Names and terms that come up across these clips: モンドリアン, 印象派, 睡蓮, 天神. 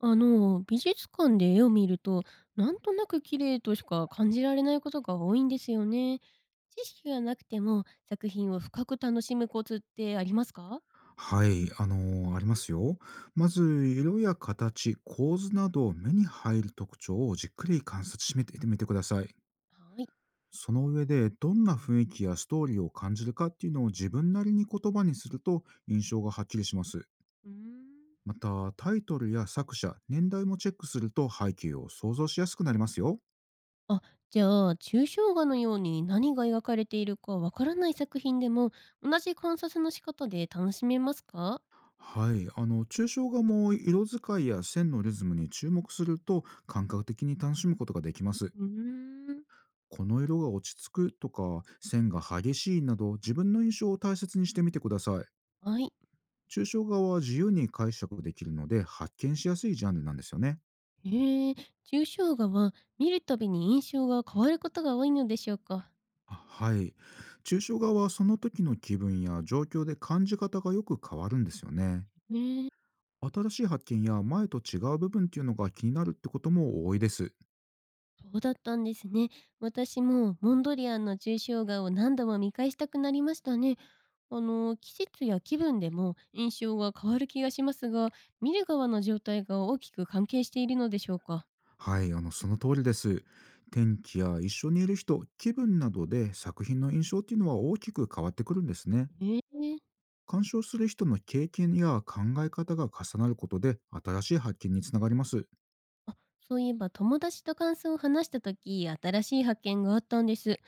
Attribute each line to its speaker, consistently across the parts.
Speaker 1: 美術館で絵を見ると、なんとなく綺麗としか感じられないことが多いんですよね。知識がなくても作品を深く楽しむコツってありますか？
Speaker 2: はい、ありますよ。まず、色や形、構図など目に入る特徴をじっくり観察してみてください。
Speaker 1: はい。
Speaker 2: その上で、どんな雰囲気やストーリーを感じるかっていうのを自分なりに言葉にすると印象がはっきりします。
Speaker 1: うーん。
Speaker 2: また、タイトルや作者、年代もチェックすると背景を想像しやすくなりますよ。
Speaker 1: あ、じゃあ、抽象画のように何が描かれているかわからない作品でも、同じ観察の仕方で楽しめますか？
Speaker 2: はい、抽象画も色使いや線のリズムに注目すると感覚的に楽しむことができます。
Speaker 1: うーん。
Speaker 2: この色が落ち着くとか線が激しいなど自分の印象を大切にしてみてください。
Speaker 1: はい。
Speaker 2: 抽象画は自由に解釈できるので発見しやすいジャンルなんですよね。
Speaker 1: へえ、抽象画は見るたびに印象が変わることが多いのでしょうか。
Speaker 2: あ、はい。抽象画はその時の気分や状況で感じ方がよく変わるんですよね。
Speaker 1: ねえ。
Speaker 2: 新しい発見や前と違う部分っていうのが気になるってことも多いです。
Speaker 1: そうだったんですね。私もモンドリアンの抽象画を何度も見返したくなりましたね。季節や気分でも印象が変わる気がしますが、見る側の状態が大きく関係しているのでしょうか。
Speaker 2: はい、その通りです。天気や一緒にいる人、気分などで作品の印象っていうのは大きく変わってくるんですね。
Speaker 1: ええ。
Speaker 2: 鑑賞する人の経験や考え方が重なることで新しい発見につながります。
Speaker 1: あ、そういえば友達と感想を話した時、新しい発見があったんです。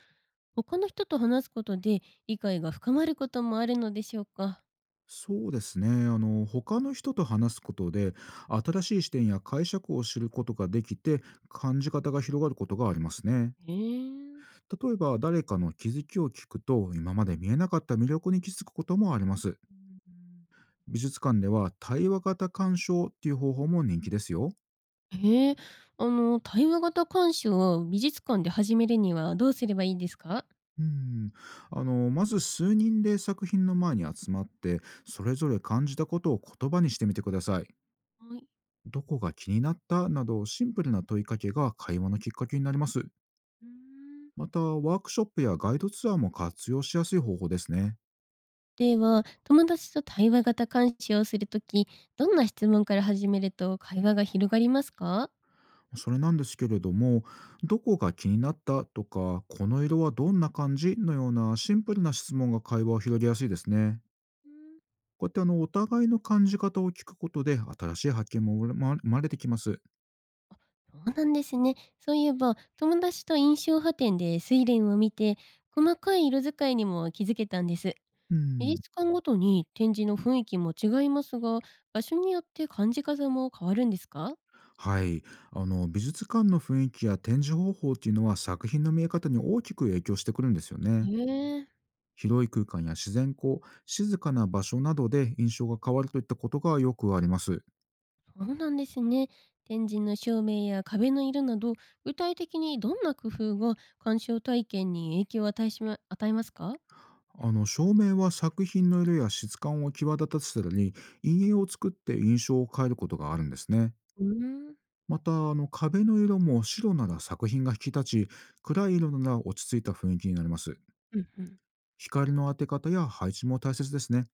Speaker 1: 他の人と話すことで理解が深まることもあるのでしょうか。
Speaker 2: そうですね。他の人と話すことで新しい視点や解釈を知ることができて感じ方が広がることがありますね。
Speaker 1: へえー。
Speaker 2: 例えば誰かの気づきを聞くと今まで見えなかった魅力に気づくこともあります。美術館では対話型鑑賞っていう方法も人気ですよ。
Speaker 1: へえ、対話型鑑賞を美術館で始めるにはどうすればいいですか？
Speaker 2: うん、まず数人で作品の前に集まってそれぞれ感じたことを言葉にしてみてください。
Speaker 1: はい。
Speaker 2: どこが気になったなどシンプルな問いかけが会話のきっかけになります。
Speaker 1: うーん。
Speaker 2: また、ワークショップやガイドツアーも活用しやすい方法ですね。
Speaker 1: では、友達と対話型鑑賞をするとき、どんな質問から始めると会話が広がりますか？
Speaker 2: それなんですけれども、どこが気になったとかこの色はどんな感じのようなシンプルな質問が会話を広げやすいですね。
Speaker 1: うーん。
Speaker 2: こうやってお互いの感じ方を聞くことで新しい発見も生まれてきます。
Speaker 1: そうなんですね。そういえば、友達と印象派展で睡蓮を見て、細かい色使いにも気づけたんです。
Speaker 2: う
Speaker 1: 美
Speaker 2: ん、
Speaker 1: 術館ごとに展示の雰囲気も違いますが、場所によって感じ方も変わるんですか？
Speaker 2: はい。美術館の雰囲気や展示方法っていうのは作品の見え方に大きく影響してくるんですよ
Speaker 1: へ
Speaker 2: ね。
Speaker 1: え。
Speaker 2: 広い空間や自然光、静かな場所などで印象が変わるといったことがよくあります。
Speaker 1: そうなんですね。天神の照明や壁の色など、具体的にどんな工夫が鑑賞体験に影響を与えますか？
Speaker 2: 照明は作品の色や質感を際立たせたり、陰影を作って印象を変えることがあるんですね。
Speaker 1: うーん。
Speaker 2: また、壁の色も白なら作品が引き立ち、暗い色なら落ち着いた雰囲気になります。
Speaker 1: うんうん、
Speaker 2: 光の当て方や配置も大切ですね。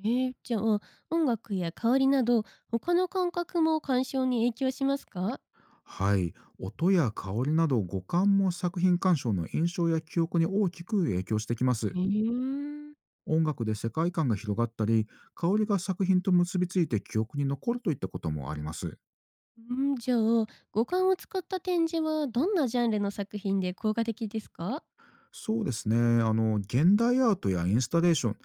Speaker 1: じゃあ、音楽や香りなど、他の感覚も鑑賞に影響しますか？
Speaker 2: はい。音や香りなど五感も作品鑑賞の印象や記憶に大きく影響してきま
Speaker 1: え
Speaker 2: す。
Speaker 1: ー、
Speaker 2: 音楽で世界観が広がったり、香りが作品と結びついて記憶に残るといったこともあります。
Speaker 1: うん。じゃあ、五感を使った展示はどんなジャンルの作品で効果的ですか？
Speaker 2: そうですね。現代アートやインスタレーション、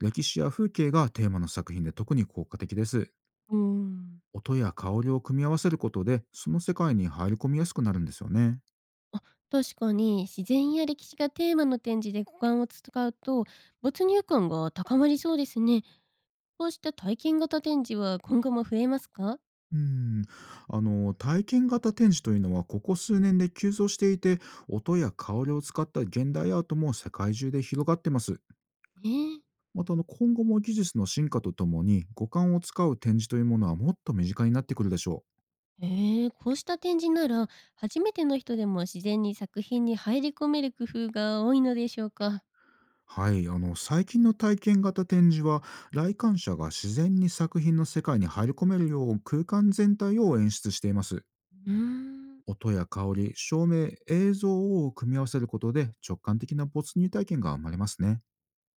Speaker 2: 歴史や風景がテーマの作品で特に効果的です。
Speaker 1: うーん。
Speaker 2: 音や香りを組み合わせることで、その世界に入り込みやすくなるんですよね。
Speaker 1: あ、確かに自然や歴史がテーマの展示で五感を使うと没入感が高まりそうですね。こうした体験型展示は今後も増えますか？
Speaker 2: うん、体験型展示というのはここ数年で急増していて、音や香りを使った現代アートも世界中で広がってます。
Speaker 1: ねえ。
Speaker 2: また、今後も技術の進化とともに五感を使う展示というものはもっと身近になってくるでしょ
Speaker 1: へえ。こうした展示なら初めての人でも自然に作品に入り込める工夫が多いのでしょうか。
Speaker 2: う。はい、最近の体験型展示は来館者が自然に作品の世界に入り込めるよう空間全体を演出しています。
Speaker 1: うーん。
Speaker 2: 音や香り、照明、映像を組み合わせることで直感的な没入体験が生まれますね。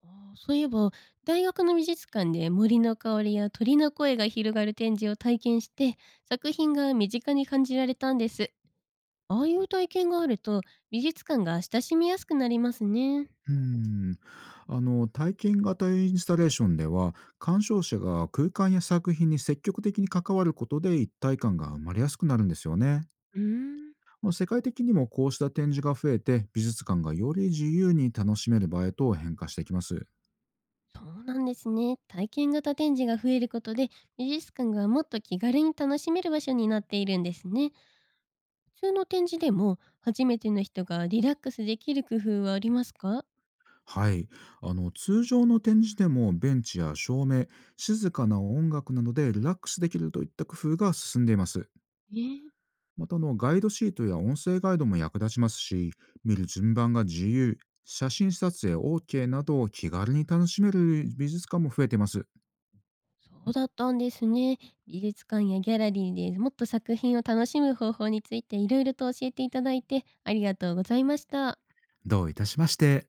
Speaker 1: あー、そういえば大学の美術館で森の香りや鳥の声が広がる展示を体験して作品が身近に感じられたんです。ああいう体験があると、美術館が親しみやすくなりますね。
Speaker 2: うーん。体験型インスタレーションでは、鑑賞者が空間や作品に積極的に関わることで一体感が生まれやすくなるんですよね。
Speaker 1: うーん。
Speaker 2: まあ、世界的にもこうした展示が増えて、美術館がより自由に楽しめる場へと変化していきます。
Speaker 1: そうなんですね。体験型展示が増えることで、美術館がもっと気軽に楽しめる場所になっているんですね。普通の展示でも、初めての人がリラックスできる工夫はありますか？
Speaker 2: はい。通常の展示でもベンチや照明、静かな音楽などでリラックスできるといった工夫が進んでいます。
Speaker 1: ええ。
Speaker 2: また、ガイドシートや音声ガイドも役立ちますし、見る順番が自由、写真撮影 OK など気軽に楽しめる美術館も増えてます。
Speaker 1: そうだったんですね。美術館やギャラリーでもっと作品を楽しむ方法についていろいろと教えていただいてありがとうございました。
Speaker 2: どういたしまして。